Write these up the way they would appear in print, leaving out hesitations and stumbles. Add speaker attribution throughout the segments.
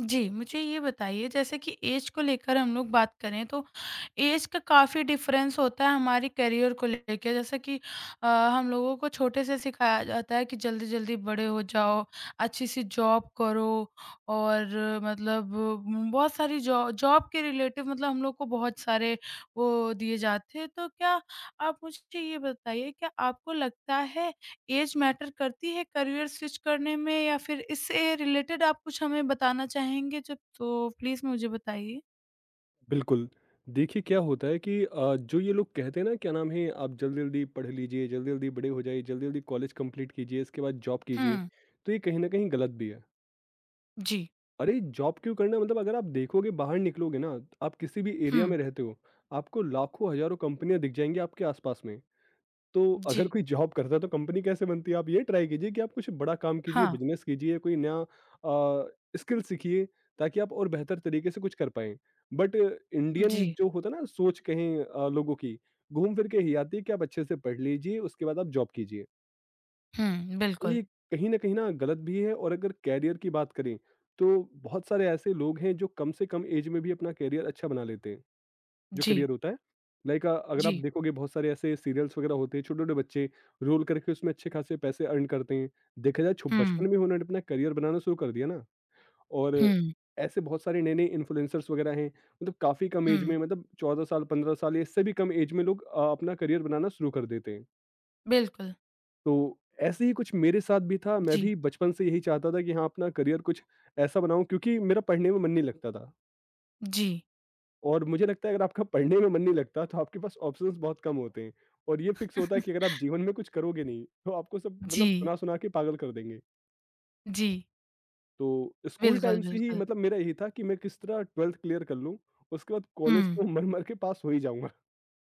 Speaker 1: जी, मुझे ये बताइए जैसे कि ऐज को लेकर हम लोग बात करें तो ऐज का काफ़ी डिफ़रेंस होता है हमारे करियर को लेके जैसे कि हम लोगों को छोटे से सिखाया जाता है कि जल्दी-जल्दी बड़े हो जाओ, अच्छी-सी जॉब करो और मतलब बहुत सारी जॉ जॉब के रिलेटिव मतलब हम लोग को बहुत सारे वो दिए जाते हैं। तो क्या आप मुझे ये बताइए क्या आपको लगता है ऐज मैटर करती है करियर स्विच करने में या फिर इससे रिलेटेड आप कुछ हमें बताना चाहेंगे जब तो प्लीज़ मुझे बताइए?
Speaker 2: बिल्कुल। देखिए क्या होता है कि जो ये लोग कहते हैं ना क्या नाम है आप जल्दी-जल्दी पढ़ लीजिए, जल्दी-जल्दी बड़े हो जाइए, जल्दी-जल्दी कॉलेज कंप्लीट कीजिए, इसके बाद जॉब कीजिए,
Speaker 1: हुँ,
Speaker 2: तो ये कहीं न कहीं गलत भी है।
Speaker 1: जी,
Speaker 2: अरे! जॉब क्यों करना है? मतलब अगर आप देखोगे बाहर निकलोगे ना, आप किसी भी एरिया
Speaker 1: हुँ,
Speaker 2: में रहते हो, आपको लाखों हज़ारों कंपनियाँ दिख जाएँगी आपके आस-पास में। तो अगर
Speaker 1: जी,
Speaker 2: कोई जॉब करता है तो कंपनी कैसे बनती है? आप ये ट्राई कीजिए कि आप कुछ बड़ा काम कीजिए,
Speaker 1: हाँ।
Speaker 2: बिज़नेस कीजिए, कोई नया स्किल सीखिए ताकि आप और बेहतर तरीके से कुछ कर पाएँ। बट इंडियन
Speaker 1: जी,
Speaker 2: जो होता है ना सोच कहें लोगों की, घूम फिर के यही आती है कि आप अच्छे से पढ़ लीजिए, उसके बाद आप जॉब कीजिए।
Speaker 1: हुँ,
Speaker 2: तो
Speaker 1: बिल्कुल,
Speaker 2: ये कहीं न कहीं ना गलत भी है और अगर करियर की बात करें, तो बहुत सारे ऐसे लोग हैं जो कम से कम ऐज में भी अपना करियर अच्छा बना लेते हैं। जो
Speaker 1: जी,
Speaker 2: करियर होता है। लाइक अगर आप
Speaker 1: जी,
Speaker 2: देखोगे बहुत सारे ऐसे सीरियल्स वगैरह होते हैं, छोटे-छोटे बच्चे रोल करके उसमें अच्छे खासे पैसे अर्न करते हैं। देखा जाए छो बचपन
Speaker 1: हुँ,
Speaker 2: में ही उन्होंने अपना करियर बनाना शुरू कर दिया ना और
Speaker 1: हुँ,
Speaker 2: ऐसे बहुत सारे नए-नए इन्फ्लुएंसर्स वगैरह हैं, मतलब काफ़ी कम एज में
Speaker 1: हुँ,
Speaker 2: मतलब 14 साल, 15 साल या इससे भी कम एज में लोग अपना करियर बनाना शुरू कर देते हैं।
Speaker 1: बिल्कुल,
Speaker 2: तो ऐसे ही कुछ मेरे साथ भी था, मैं
Speaker 1: जी,
Speaker 2: भी बचपन से यही चाहता था कि हाँ, अपना करियर कुछ ऐसा बनाऊँ क्योंकि मेरा पढ़ने में मन नहीं लगता था।
Speaker 1: जी,
Speaker 2: और मुझे लगता है अगर आपका पढ़ने में मन नहीं लगता तो आपके पास ऑप्शंस बहुत कम होते हैं और ये फिक्स होता है कि अगर आप जीवन में कुछ करोगे नहीं तो आपको सब मतलब
Speaker 1: जी,
Speaker 2: सुना सुना के पागल कर देंगे।
Speaker 1: जी,
Speaker 2: तो स्कूल
Speaker 1: बिल्कुल,
Speaker 2: टाइम से ही
Speaker 1: बिल्कुल,
Speaker 2: मतलब मेरा यही था कि मैं किस तरह ट्वेल्थ क्लियर कर लूँ, उसके बाद कॉलेज
Speaker 1: हुँ,
Speaker 2: तो मर मर के पास हो ही जाऊंगा।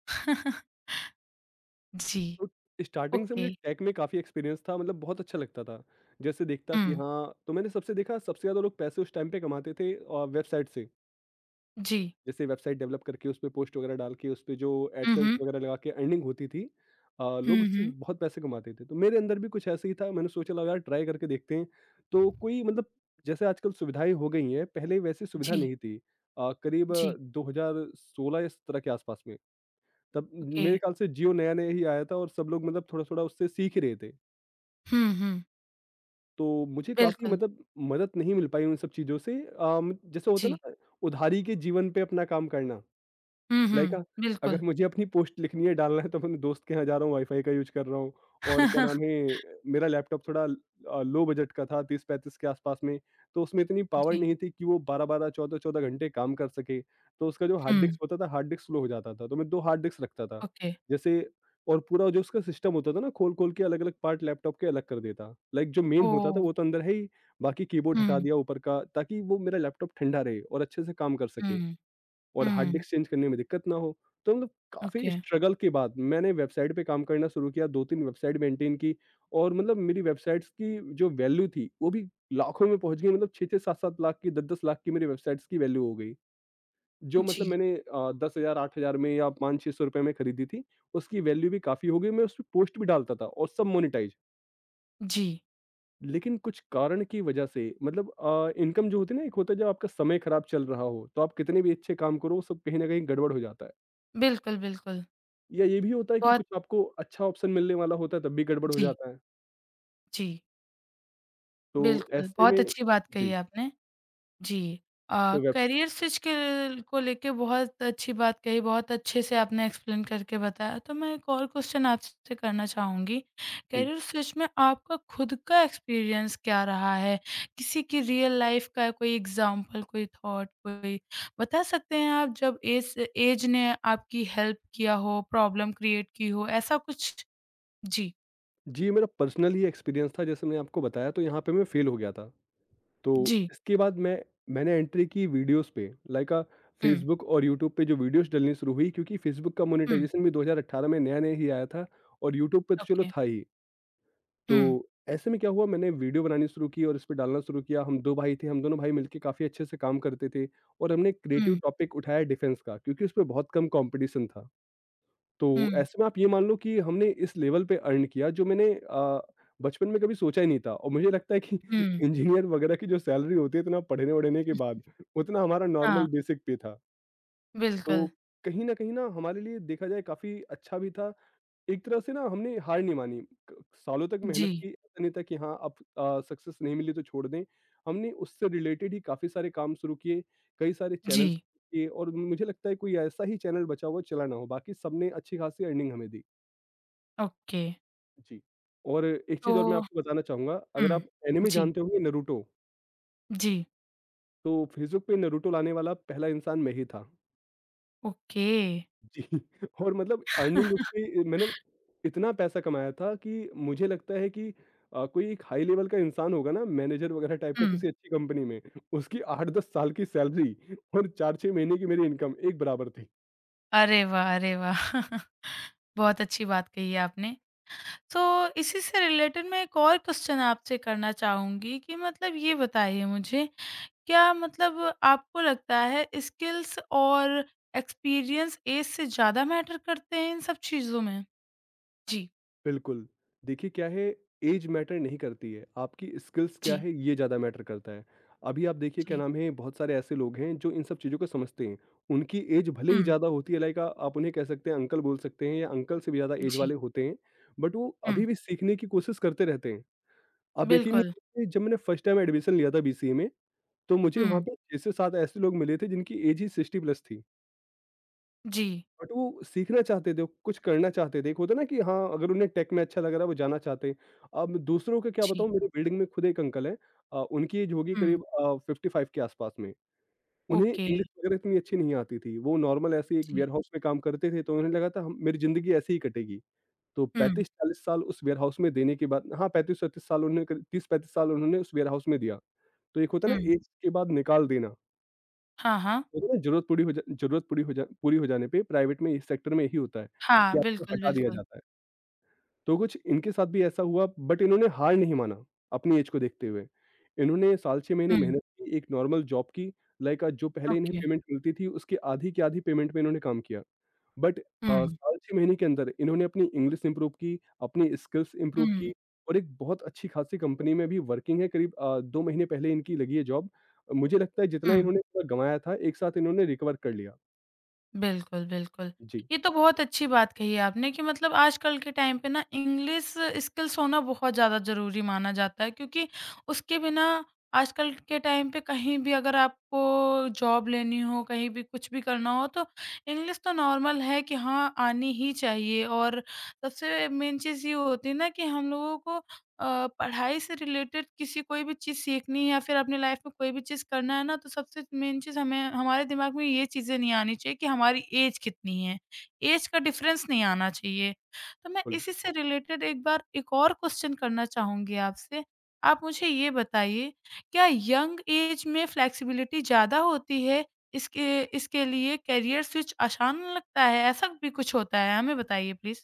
Speaker 1: जी,
Speaker 2: तो स्टार्टिंग से
Speaker 1: ओके,
Speaker 2: मुझे टेक में काफ़ी एक्सपीरियंस था, मतलब बहुत अच्छा लगता था। जैसे देखता कि
Speaker 1: हुँ,
Speaker 2: हाँ, तो मैंने सबसे देखा सबसे ज़्यादा लोग पैसे उस टाइम पे कमाते थे वेबसाइट से,
Speaker 1: जी,
Speaker 2: जैसे वेबसाइट डेवलप करके उसपे पोस्ट वगैरह डाल के उसपे जो
Speaker 1: हुँ,
Speaker 2: एडसेंस
Speaker 1: हुँ,
Speaker 2: वगैरह लगा के अर्निंग होती थी।
Speaker 1: हुँ,
Speaker 2: लोग उससे
Speaker 1: हुँ,
Speaker 2: बहुत पैसे कमाते थे, तो मेरे अंदर भी कुछ ऐसे ही था, मैंने सोचा लगा यार ट्राई करके देखते हैं। तो कोई मतलब जैसे आजकल सुविधाएं हो गई हैं पहले वैसी सुविधा
Speaker 1: जी,
Speaker 2: नहीं थी। करीब
Speaker 1: जी,
Speaker 2: 2016 या 17 के आसपास में तब
Speaker 1: ओके,
Speaker 2: मेरे ख्याल से जियो नया नया ही आया था और सब लोग मतलब थोड़ा थोड़ा उससे सीख ही रहे थे।
Speaker 1: हुँ, हुँ,
Speaker 2: तो मुझे काफ़ी
Speaker 1: बिल्कुल,
Speaker 2: मतलब मदद नहीं मिल पाई उन सब चीज़ों से। जैसे होता
Speaker 1: जी।
Speaker 2: ना, उधारी के जीवन पे अपना काम करना।
Speaker 1: हुँ,
Speaker 2: लाइक
Speaker 1: हुँ,
Speaker 2: अगर
Speaker 1: बिल्कुल।
Speaker 2: मुझे अपनी पोस्ट लिखनी है, डालना है तो मैं अपने दोस्त के यहाँ जा रहा हूँ, वाई-फाई का यूज़ कर रहा हूँ। और क्या नाम है, मेरा लैपटॉप थोड़ा लो बजट का था 30-35 के आसपास में, तो उसमें इतनी पावर
Speaker 1: जी,
Speaker 2: नहीं थी कि वो 12-12, 14-14 घंटे काम कर सके। तो उसका जो हार्ड डिस्क
Speaker 1: हुँ,
Speaker 2: होता था, हार्ड डिस्क स्लो हो जाता था, तो मैं 2 हार्ड डिस्क रखता था।
Speaker 1: ओके,
Speaker 2: जैसे और पूरा जो उसका सिस्टम होता था ना, खोल-खोल के अलग-अलग पार्ट लैपटॉप के अलग कर देता। लाइक जो मेन होता था
Speaker 1: ओह!
Speaker 2: वो तो अंदर है ही, बाकी कीबोर्ड हटा
Speaker 1: हुँ,
Speaker 2: दिया ऊपर का ताकि वो मेरा लैपटॉप ठंडा रहे और अच्छे से काम कर सके।
Speaker 1: हुँ,
Speaker 2: और हार्ड
Speaker 1: हुँ,
Speaker 2: डिस्क चेंज करने में दिक्कत ना हो। तो मतलब काफ़ी
Speaker 1: ओके।
Speaker 2: स्ट्रगल के बाद मैंने वेबसाइट पे काम करना शुरू किया, 2-3 वेबसाइट मेंटेन की। और मतलब मेरी वेबसाइट्स की जो वैल्यू थी, वो भी लाखों में पहुँच गई, मतलब 6-6 7-7 लाख की, 10-10 लाख की मेरी वेबसाइट्स की वैल्यू हो गई। जो मतलब
Speaker 1: जी,
Speaker 2: मैंने 10,000 8,000 में या 500-600 रुपए में खरीदी थी, उसकी वैल्यू भी काफ़ी हो गई। मैं उसपे पोस्ट भी डालता था और सब मोनेटाइज़।
Speaker 1: जी,
Speaker 2: लेकिन कुछ कारण की वजह से मतलब इनकम जो होती है ना, एक होता है जब आपका समय खराब चल रहा हो, तो आप कितने भी अच्छे काम करो, सब कहीं न कहीं गड़बड़ हो जाता है।
Speaker 1: बिल्कुल, बिल्कुल।
Speaker 2: या ये भी होता है कि
Speaker 1: बहुत
Speaker 2: कुछ आपको अच्छा ऑप्शन मिलने वाला होता है तब भी गड़बड़ हो
Speaker 1: जी,
Speaker 2: जाता है।
Speaker 1: जी,
Speaker 2: तो
Speaker 1: बिल्कुल,
Speaker 2: ऐसे
Speaker 1: बहुत
Speaker 2: में
Speaker 1: अच्छी बात कही
Speaker 2: जी,
Speaker 1: आपने। जी। अ,
Speaker 2: तो वेब्स
Speaker 1: करियर स्विच के को लेके बहुत अच्छी बात कही, बहुत अच्छे से आपने एक्सप्लेन करके बताया। तो मैं एक और क्वेश्चन आपसे करना चाहूँगी।
Speaker 2: जी।
Speaker 1: करियर स्विच में आपका खुद का एक्सपीरियंस क्या रहा है? किसी की रियल लाइफ़ का कोई एग्ज़ाम्पल, कोई थॉट, कोई बता सकते हैं आप जब एज एज ने आपकी हेल्प किया हो, प्रॉब्लम क्रिएट की हो, ऐसा कुछ? जी,
Speaker 2: जी, ये मेरा पर्सनल ही एक्सपीरियंस था जैसे मैंने आपको बताया, तो यहाँ पे मैं फेल हो गया था। तो
Speaker 1: जी।
Speaker 2: इसके बाद मैंने एंट्री की वीडियोज़ पे। लाइक
Speaker 1: हुँ,
Speaker 2: फ़ेसबुक और यूट्यूब पे जो वीडियोज़ डलनी शुरू हुई क्योंकि फ़ेसबुक का
Speaker 1: हुँ,
Speaker 2: मोनेटाइज़ेशन भी 2018 में नया-नया ही आया था और यूट्यूब पे तो चलो
Speaker 1: ओके।
Speaker 2: था ही।
Speaker 1: हुँ,
Speaker 2: तो ऐसे में क्या हुआ मैंने वीडियो बनानी शुरू की और इस पे डालना शुरू किया। हम 2 भाई थे, हम दोनों भाई मिलके काफ़ी अच्छे से काम करते थे और हमने क्रिएटिव
Speaker 1: हुँ,
Speaker 2: टॉपिक उठाया डिफेंस का क्योंकि उस पे बहुत कम कॉम्पिटिशन था। तो
Speaker 1: हुँ,
Speaker 2: ऐसे में आप ये मान लो कि हमने इस लेवल पे अर्न किया जो मैंने बचपन में कभी सोचा ही नहीं था और मुझे लगता है कि
Speaker 1: हुँ।
Speaker 2: इंजीनियर वगैरह की जो सैलरी होती है इतना पढ़ने-वढ़ने के बाद, उतना हमारा नॉर्मल
Speaker 1: हाँ,
Speaker 2: बेसिक पे था। तो
Speaker 1: बिल्कुल।
Speaker 2: कहीं न कहीं ना हमारे लिए देखा जाए काफ़ी अच्छा भी था, एक तरह से ना हमने हार नहीं मानी। क सालों तक
Speaker 1: जी।
Speaker 2: मेहनत की, ऐसा नहीं था कि हाँ, अब सक्सेस नहीं मिली तो छोड़ दें। हमने उससे रिलेटेड ही काफ़ी सारे काम शुरू किए, कई सारे चैनल्स
Speaker 1: जी,
Speaker 2: किए और मुझे लगता है कोई ऐसा ही चैनल बचा हुआ चला ना हो, बाकी सबने अच्छी-खासी अर्निंग हमें दी।
Speaker 1: ओके।
Speaker 2: जी, और एक
Speaker 1: तो
Speaker 2: चीज़ और मैं आपको बताना चाहूँगा, अगर
Speaker 1: हुँ,
Speaker 2: आप एनिमे
Speaker 1: जी,
Speaker 2: जानते होंगे नरूटो,
Speaker 1: जी,
Speaker 2: तो फेसबुक पे नरूटो लाने वाला पहला इंसान मैं ही था।
Speaker 1: ओके।
Speaker 2: जी, और मतलब अर्निंग उसपे मैंने इतना पैसा कमाया था कि मुझे लगता है कि कोई एक हाई लेवल का इंसान होगा ना मैनेजर वगैरह टाइप का
Speaker 1: हुँ,
Speaker 2: किसी अच्छी कंपनी में, उसकी 8-10 साल की सैलरी और 4-6 महीने की मेरी इनकम एक बराबर थी।
Speaker 1: अरे वाह! अरे वाह! बहुत अच्छी बात कही है आपने। तो इसी से रिलेटेड मैं एक और क्वेश्चन आपसे करना चाहूँगी कि मतलब ये बताइए मुझे, क्या मतलब आपको लगता है स्किल्स और एक्सपीरियंस ऐज से ज़्यादा मैटर करते हैं इन सब चीज़ों में? जी,
Speaker 2: बिल्कुल। देखिए क्या है, ऐज मैटर नहीं करती है, आपकी स्किल्स क्या
Speaker 1: जी,
Speaker 2: है ये ज़्यादा मैटर करता है। अभी आप देखिए क्या
Speaker 1: जी,
Speaker 2: नाम है बहुत सारे ऐसे लोग हैं जो इन सब चीज़ों को समझते हैं। उनकी ऐज भले
Speaker 1: हुँ,
Speaker 2: ही ज़्यादा होती है, लाइक आप उन्हें कह सकते हैं अंकल बोल सकते हैं या अंकल से भी ज़्यादा ऐज वाले
Speaker 1: जी,
Speaker 2: होते हैं, बट वो अभी
Speaker 1: हुँ,
Speaker 2: भी सीखने की कोशिश करते रहते हैं। आप यकीन नहीं
Speaker 1: बिल्कुल,
Speaker 2: करेंगे जब मैंने फर्स्ट टाइम एडमिशन लिया था बीसीए में, तो मुझे वहाँ
Speaker 1: हुँ,
Speaker 2: पे 6 से 7 ऐसे लोग मिले थे जिनकी ऐज ही 60 प्लस थी।
Speaker 1: जी,
Speaker 2: बट वो सीखना चाहते थे, कुछ करना चाहते थे। एक होता है ना कि हाँ, अगर उन्हें टेक में अच्छा लग रहा है, वो जाना चाहते हैं। अब दूसरों का क्या
Speaker 1: जी,
Speaker 2: बताऊँ, मेरे बिल्डिंग में खुद एक अंकल हैं। उनकी एज होगी
Speaker 1: हुँ,
Speaker 2: करीब 55 के आसपास में। उन्हें
Speaker 1: ओके,
Speaker 2: इंग्लिश वगैरह इतनी अच्छी नहीं आती थी। वो नॉर्मल ऐसे ही एक
Speaker 1: जी।
Speaker 2: वेयरहाउस में काम करते थे, तो उन्हें लगा था हम मेरी ज़िंदगी ऐसे ही कटेगी। तो
Speaker 1: हुँ,
Speaker 2: 35-40 साल उस वेयरहाउस में देने के बाद हाँ, 35-36 साल उन्होंने करीब 30-35 साल उन्होंने उस वेयरहाउस में दिया। तो एक होता है
Speaker 1: हुँ।
Speaker 2: ना, एज के बाद निकाल देना।
Speaker 1: हाँ, हाँ।
Speaker 2: होता है ना, ज़रूरत पूरी हो जा ज़रूरत पूरी हो जा पूरी हो जाने पे प्राइवेट में इस सेक्टर में यही होता है
Speaker 1: हाँ,
Speaker 2: कि आपको
Speaker 1: बिल्कुल,
Speaker 2: हटा दिया
Speaker 1: बिल्कुल।
Speaker 2: जाता है। तो कुछ इनके साथ भी ऐसा हुआ बट इन्होंने हार नहीं माना अपनी ऐज को देखते हुए। इन्होंने साल 6 महीने
Speaker 1: हुँ,
Speaker 2: मेहनत की, एक नॉर्मल जॉब की, लाइक जो पहले इन्हें
Speaker 1: ओके।
Speaker 2: पेमेंट मिलती थी उसके आधी की आधी पेमेंट में इन्होंने काम किया। बट
Speaker 1: हुँ,
Speaker 2: साल 6 महीने के अंदर इन्होंने अपनी इंग्लिश इम्प्रूव की, अपनी स्किल्स इम्प्रूव की
Speaker 1: हुँ,
Speaker 2: और एक बहुत अच्छी खासी कंपनी में भी वर्किंग है, करीब 2 महीने पहले इनकी लगी है जॉब। मुझे लगता है जितना
Speaker 1: हुँ।
Speaker 2: इन्होंने पूरा गँवाया था, एक साथ इन्होंने रिकवर कर लिया।
Speaker 1: बिल्कुल, बिल्कुल।
Speaker 2: जी,
Speaker 1: ये तो बहुत अच्छी बात कही है आपने कि मतलब आजकल के टाइम पे ना इंग्लिश स्किल्स होना बहुत ज़्यादा ज़रूरी माना जाता है क्योंकि उसके बिना आजकल के टाइम पे कहीं भी अगर आपको जॉब लेनी हो, कहीं भी कुछ भी करना हो तो इंग्लिश तो नॉर्मल है कि हाँ, आनी ही चाहिए और सबसे मेन चीज़ ये होती है ना कि हम लोगों को पढ़ाई से रिलेटेड किसी कोई भी चीज़ सीखनी है या फिर अपनी लाइफ में कोई भी चीज़ करना है ना, तो सबसे मेन चीज़ हमें हमारे दिमाग में ये चीज़ें नहीं आनी चाहिए कि हमारी ऐज कितनी है। ऐज का डिफ़रेंस नहीं आना चाहिए। तो मैं
Speaker 2: बिल्कुल।
Speaker 1: इसी से रिलेटेड एक बार एक और क्वेश्चन करना चाहूँगी आपसे। आप मुझे ये बताइए, क्या यंग ऐज में फ्लेक्सिबिलिटी ज़्यादा होती है? इसके इसके लिए करियर स्विच आसान लगता है? ऐसा भी कुछ होता है? हमें बताइए प्लीज़।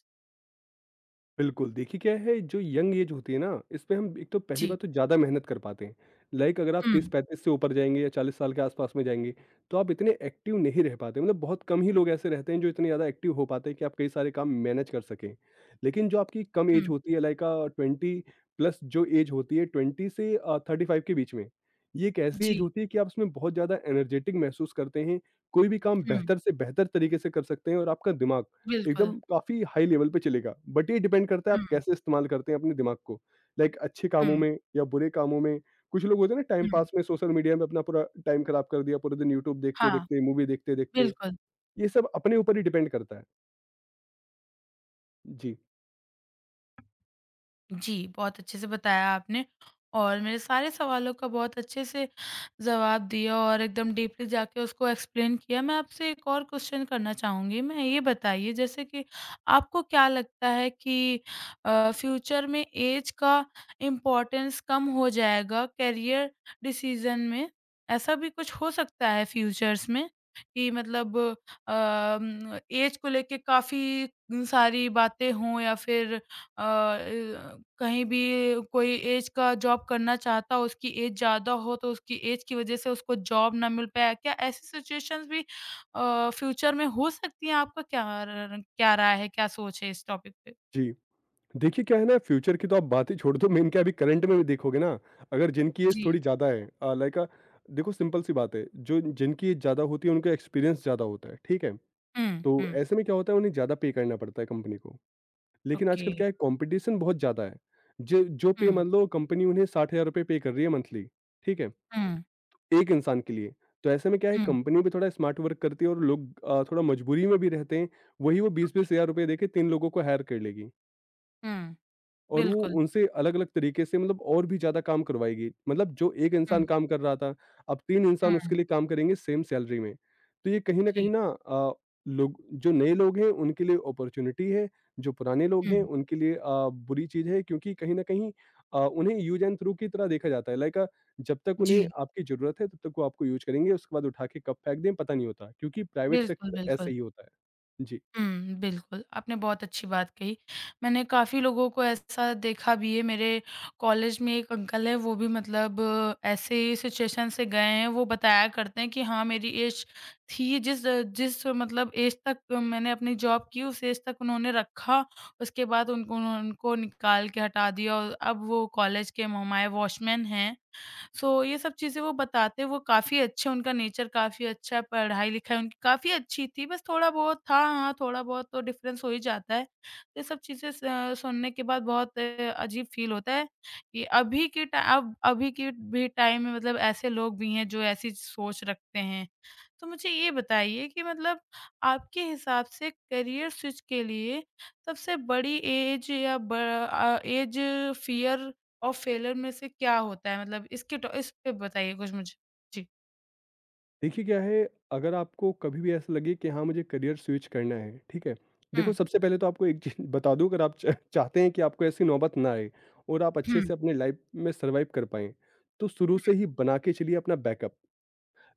Speaker 2: बिल्कुल, देखिए क्या है जो यंग ऐज होती है ना इसमें हम एक तो पहली
Speaker 1: जी।
Speaker 2: बात तो ज़्यादा मेहनत कर पाते हैं। लाइक अगर आप
Speaker 1: हुँ,
Speaker 2: 30-35 से ऊपर जाएँगे या 40 साल के आस-पास में जाएँगे, तो आप इतने एक्टिव नहीं रह पाते, मतलब बहुत कम ही लोग ऐसे रहते हैं जो इतने ज़्यादा एक्टिव हो पाते हैं कि आप कई सारे काम मैनेज कर सकें। लेकिन जो आपकी कम ऐज
Speaker 1: हुँ।
Speaker 2: होती है लाइक 20 प्लस, जो ऐज होती है 20 से 35 के बीच में, ये एक ऐसी ऐज
Speaker 1: जी,
Speaker 2: होती है कि आप उसमें बहुत ज़्यादा एनर्जेटिक महसूस करते हैं, कोई भी काम
Speaker 1: हुँ,
Speaker 2: बेहतर से बेहतर तरीके से कर सकते हैं और आपका दिमाग
Speaker 1: बिल्कुल।
Speaker 2: एकदम काफ़ी हाई लेवल पे चलेगा। बट ये डिपेंड करता है आप
Speaker 1: हुँ,
Speaker 2: कैसे इस्तेमाल करते हैं अपने दिमाग को। लाइक अच्छे कामों
Speaker 1: हुँ,
Speaker 2: में या बुरे कामों में, कुछ लोग होते हैं ना टाइम
Speaker 1: हुँ।
Speaker 2: पास में सोशल मीडिया में अपना पूरा टाइम खराब कर दिया, पूरे दिन यूट्यूब
Speaker 1: हाँ,
Speaker 2: देखते-देखते, मूवी देखते-देखते।
Speaker 1: बिल्कुल।
Speaker 2: ये सब अपने ऊपर ही डिपेंड करता है। जी।
Speaker 1: जी, बहुत अच्छे से बताया आपने और मेरे सारे सवालों का बहुत अच्छे से जवाब दिया और एकदम डीपली जाके उसको एक्सप्लेन किया। मैं आपसे एक और क्वेश्चन करना चाहूँगी। मैं ये बताइए जैसे कि आपको क्या लगता है कि फ्यूचर में ऐज का इम्पोर्टेंस कम हो जाएगा करियर डिसीज़न में? ऐसा भी कुछ हो सकता है फ्यूचर्स में कि मतलब ऐज को लेके काफ़ी सारी बातें हों या फिर कहीं भी कोई ऐज का जॉब करना चाहता हो, उसकी ऐज ज़्यादा हो तो उसकी ऐज की वज़ह से उसको जॉब ना मिल पाए। क्या ऐसी सिचुएशंस भी फ्यूचर में हो सकती हैं? आपका क्या र र क्या राय है, क्या सोच है इस टॉपिक पे?
Speaker 2: जी। देखिए क्या है ना फ्यूचर की तो आप बात ही छोड़ दो, मेन क्या है अभी करंट में भी देखोगे ना, अगर जिनकी एज
Speaker 1: जी।
Speaker 2: थोड़ी ज़्यादा है लाइक देखो सिंपल सी बात है, जो जिनकी एज ज़्यादा होती है उनका एक्सपीरियंस ज़्यादा होता है, ठीक है?
Speaker 1: हुँ,
Speaker 2: तो
Speaker 1: हुँ।
Speaker 2: ऐसे में क्या होता है उन्हें ज़्यादा पे करना पड़ता है कंपनी को। लेकिन
Speaker 1: ओके।
Speaker 2: आजकल क्या है कॉम्पिटिशन बहुत ज़्यादा है। जो जो पे
Speaker 1: हुँ,
Speaker 2: मान लो कंपनी उन्हें ₹60,000 पे कर रही है मंथली, ठीक है?
Speaker 1: हुँ,
Speaker 2: एक इंसान के लिए। तो ऐसे में क्या है
Speaker 1: हुँ,
Speaker 2: कंपनी भी थोड़ा स्मार्ट वर्क करती है और लोग थोड़ा मजबूरी में भी रहते हैं। वही वो 20-20
Speaker 1: ओके।
Speaker 2: हज़ार रुपए देके 3 लोगों को हायर कर लेगी।
Speaker 1: हुँ।
Speaker 2: और वो
Speaker 1: बिल्कुल।
Speaker 2: उनसे अलग-अलग तरीके से मतलब और भी ज़्यादा काम करवाएगी। मतलब जो 1 इंसान
Speaker 1: हुँ,
Speaker 2: काम कर रहा था, अब 3 इंसान उसके
Speaker 1: हुँ।
Speaker 2: लिए काम करेंगे सेम सैलरी में। तो ये कहीं न कहीं
Speaker 1: जी।
Speaker 2: ना लोग जो नए लोग हैं उनके लिए अपॉर्च्युनिटी है, जो पुराने लोग
Speaker 1: हुँ,
Speaker 2: हैं उनके लिए बुरी चीज़ है क्योंकि कहीं न कहीं उन्हें यूज़ एंड थ्रो की तरह देखा जाता है। लाइक जब तक उन्हें
Speaker 1: जी।
Speaker 2: आपकी ज़रूरत है तब तक वो आपको यूज़ करेंगे, उसके बाद उठा के कब फेंक दें पता नहीं होता क्योंकि प्राइवेट
Speaker 1: बिल्कुल,
Speaker 2: सेक्टर ऐसे
Speaker 1: बिल्कुल।
Speaker 2: ही होता है। जी।
Speaker 1: हुँ, बिल्कुल, आपने बहुत अच्छी बात कही। मैंने काफ़ी लोगों को ऐसा देखा भी है, मेरे कॉलेज में एक अंकल हैं, वो भी मतलब ऐसे ही सिचुएशन से गए हैं। वो बताया करते हैं कि हाँ, मेरी एज थी, जिस जिस मतलब एज तक मैंने अपनी जॉब की, उस एज तक उन्होंने रखा, उसके बाद उनको उनको निकाल के हटा दिया और अब वो कॉलेज के हमारे वॉचमैन हैं। सो ये सब चीज़ें वो बताते वो काफ़ी अच्छे उनका नेचर काफ़ी अच्छा है, पढ़ाई-लिखाई उनकी काफ़ी अच्छी थी, बस थोड़ा-बहुत था हाँ, थोड़ा-बहुत तो डिफ़रेंस हो ही जाता है। ये सब चीज़ें स सुनने के बाद बहुत अजीब फ़ील होता है कि अभी के टा अब अभी के भी टाइम में मतलब ऐसे लोग भी हैं जो ऐसी सोच रखते हैं। तो मुझे ये बताइए कि मतलब आपके हिसाब से करियर स्विच के लिए सबसे बड़ी एज या बड़ा एज फियर ऑफ फेलियर में से क्या होता है? मतलब इसके टॉ इस पे बताइए कुछ मुझे? जी।
Speaker 2: देखिए क्या है, अगर आपको कभी भी ऐसा लगे कि हाँ, मुझे करियर स्विच करना है, ठीक है? देखो
Speaker 1: हुँ,
Speaker 2: सबसे पहले तो आपको एक चीज़ बता दूँ अगर आप च चाहते हैं कि आपको ऐसी नौबत ना आए और आप अच्छे
Speaker 1: हुँ,
Speaker 2: से अपने लाइफ़ में सर्वाइव कर पाएँ, तो शुरू से ही
Speaker 1: हुँ।
Speaker 2: बना के चलिए अपना बैकअप।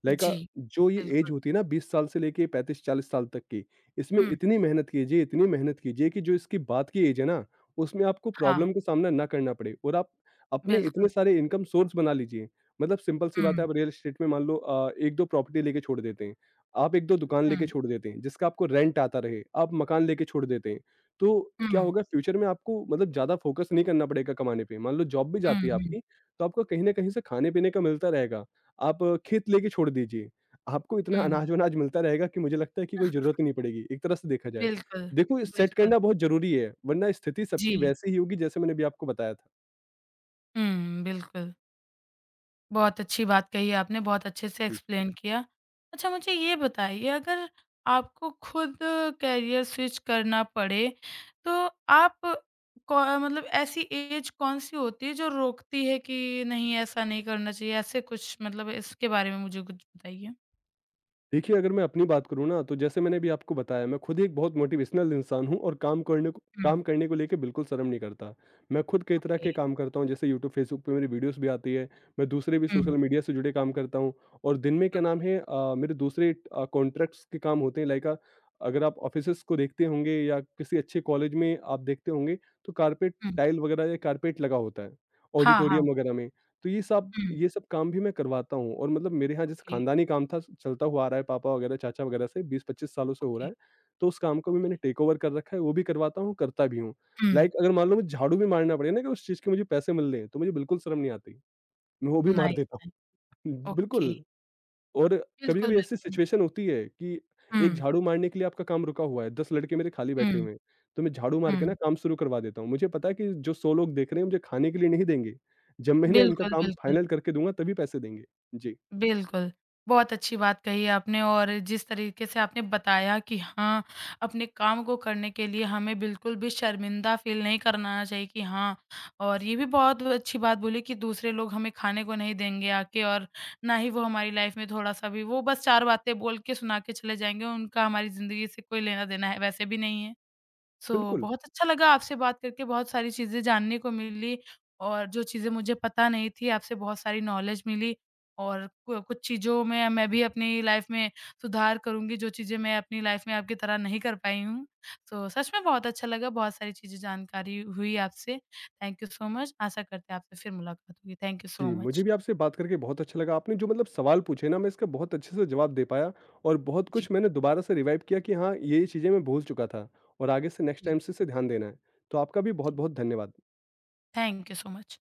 Speaker 2: लाइक
Speaker 1: जी,
Speaker 2: जो ये ऐज
Speaker 1: बिल्कुल।
Speaker 2: होती है ना 20 साल से लेके 35-40 साल तक की, इसमें
Speaker 1: हुँ,
Speaker 2: इतनी मेहनत कीजिए कि जो इसकी बाद की ऐज है ना, उसमें आपको
Speaker 1: हाँ,
Speaker 2: प्रॉब्लम का सामना ना करना पड़े और आप अपने इतने
Speaker 1: बिल्कुल।
Speaker 2: सारे इनकम सोर्स बना लीजिए। मतलब सिंपल सी बात है
Speaker 1: हुँ,
Speaker 2: आप रियल एस्टेट में मान लो 1-2 प्रॉपर्टी लेके छोड़ देते हैं, आप 1-2 दुकान लेके
Speaker 1: हुँ,
Speaker 2: छोड़ देते हैं, जिसका आपको रेंट आता रहे, आप मकान लेके छोड़ देते हैं। तो क्या
Speaker 1: हुँ,
Speaker 2: होगा फ्यूचर में आपको मतलब ज़्यादा फोकस नहीं करना पड़ेगा कमाने पे। मान लो जॉब भी
Speaker 1: हुँ,
Speaker 2: जाती है
Speaker 1: हुँ,
Speaker 2: आपकी, तो आपको कहीं न कहीं से खाने-पीने का मिलता रहेगा। आप खेत लेके छोड़ दीजिए। आपको इतना
Speaker 1: हुँ।
Speaker 2: अनाज-वनाज मिलता रहेगा कि मुझे लगता है कि कोई ज़रूरत ही नहीं पड़ेगी, एक तरह से देखा जाए।
Speaker 1: बिल्कुल,
Speaker 2: देखो, सेट
Speaker 1: बिल्कुल।
Speaker 2: करना बहुत ज़रूरी है, वरना स्थिति सबकी
Speaker 1: जी।
Speaker 2: वैसी ही होगी जैसे मैंने अभी आपको बताया था।
Speaker 1: हुँ, बिल्कुल। बहुत अच्छी बात कही आपने, बहुत अच्छे से
Speaker 2: जी।
Speaker 1: एक्सप्लेन किया। अच्छा मुझे ये बताइए अगर आपको खुद करियर स्विच करना पड़े, तो आप कौ मतलब ऐसी एज कौन-सी होती है जो रोकती है कि नहीं ऐसा नहीं करना चाहिए? ऐसे कुछ मतलब इसके बारे में मुझे कुछ बताइए?
Speaker 2: देखिए, अगर मैं अपनी बात करूँ ना, तो जैसे मैंने अभी आपको बताया, मैं खुद एक बहुत मोटिवेशनल इंसान हूँ और काम करने को
Speaker 1: हुँ,
Speaker 2: काम करने को लेके बिल्कुल शर्म नहीं करता। मैं खुद कई तरह
Speaker 1: ओके,
Speaker 2: के काम करता हूँ, जैसे यूट्यूब, फेसबुक पे मेरी वीडियोज़ भी आती है। मैं दूसरे भी
Speaker 1: हुँ,
Speaker 2: सोशल मीडिया से जुड़े काम करता हूँ और दिन में क्या नाम
Speaker 1: ओके,
Speaker 2: है मेरे दूसरे कॉन्ट्रैक्ट्स के काम होते हैं लाइक अगर आप ऑफिसेज़ को देखते होंगे या किसी अच्छे कॉलेज में आप देखते होंगे, तो कारपेट
Speaker 1: हुँ।
Speaker 2: टाइल वगैरह या कारपेट लगा होता है,
Speaker 1: हाँ, हाँ,
Speaker 2: ऑडिटोरियम वगैरह में। तो ये सब
Speaker 1: हुँ,
Speaker 2: ये सब काम भी मैं करवाता हूँ और मतलब मेरे यहाँ जैसे
Speaker 1: ओके,
Speaker 2: खानदानी काम था चलता हुआ आ रहा है पापा वगैरह चाचा वगैरह से 20-25 सालों से हो रहा
Speaker 1: ओके,
Speaker 2: है। तो उस काम को भी
Speaker 1: ओके,
Speaker 2: मैंने टेक ओवर कर रखा है, वो भी करवाता हूँ, करता भी हूँ।
Speaker 1: हुँ,
Speaker 2: लाइक अगर मान लो मुझे झाड़ू भी मारना पड़े ना कि उस चीज़ के मुझे पैसे मिल रहे हैं, तो मुझे बिल्कुल शर्म नहीं आती। मैं वो भी मार
Speaker 1: नाइस,
Speaker 2: देता हूँ।
Speaker 1: Nice, okay.
Speaker 2: बिल्कुल। और
Speaker 1: बिल्कुल,
Speaker 2: कभी-कभी ऐसी
Speaker 1: बिल्कुल।
Speaker 2: सिचुएशन होती है कि एक
Speaker 1: हुँ,
Speaker 2: झाड़ू मारने के लिए आपका काम रुका हुआ है, 10 लड़के मेरे खाली बैठे
Speaker 1: हुँ,
Speaker 2: हुए हैं, तो मैं झाड़ू मार के ना
Speaker 1: हुँ,
Speaker 2: काम शुरू करवा देता हूँ। मुझे पता है कि जो 100 लोग देख रहे हैं मुझे खाने के लिए नहीं देंगे, जब मैं ना इनका
Speaker 1: बिल्कुल,
Speaker 2: काम
Speaker 1: बिल्कुल।
Speaker 2: फाइनल करके दूँगा तभी पैसे देंगे। जी,
Speaker 1: बिल्कुल, बहुत अच्छी बात कही आपने और जिस तरीके से आपने बताया कि हाँ, अपने काम को करने के लिए हमें बिल्कुल भी शर्मिंदा फ़ील नहीं करना चाहिए कि हाँ और ये भी बहुत अच्छी बात बोली कि दूसरे लोग हमें खाने को नहीं देंगे आके और ना ही वो हमारी लाइफ़ में थोड़ा-सा भी वो बस 4 बातें बोल के सुना के चले जाएँगे, उनका हमारी ज़िंदगी से कोई लेना-देना है वैसे भी नहीं है। सो
Speaker 2: बिल्कुल।
Speaker 1: बहुत अच्छा लगा आपसे बात करके, बहुत सारी चीज़ें जानने को मिली और जो चीज़ें मुझे पता नहीं थी, आपसे बहुत सारी नॉलेज मिली और कु कुछ चीज़ों में मैं भी अपनी लाइफ़ में सुधार करूँगी, जो चीज़ें मैं अपनी लाइफ़ में आपकी तरह नहीं कर पाई हूँ। तो सच में बहुत अच्छा लगा, बहुत सारी चीज़ें जानकारी हुई आपसे। Thank you so much. आशा करते हैं आपसे फिर मुलाकात होगी। थैंक यू सो
Speaker 2: जी, मुझे
Speaker 1: मच।
Speaker 2: भी आपसे बात करके बहुत अच्छा लगा। आपने जो मतलब सवाल पूछे ना मैं इसका बहुत अच्छे से जवाब दे पाया और बहुत
Speaker 1: जी,
Speaker 2: कुछ मैंने दोबारा से रिवाइव किया कि हाँ, ये-ये चीज़ें मैं भूल चुका था और आगे से नेक्स्ट
Speaker 1: जी,
Speaker 2: टाइम से इसे ध्यान देना है। तो आपका भी
Speaker 1: जी।
Speaker 2: बहुत-बहुत धन्यवाद।
Speaker 1: Thank you so much.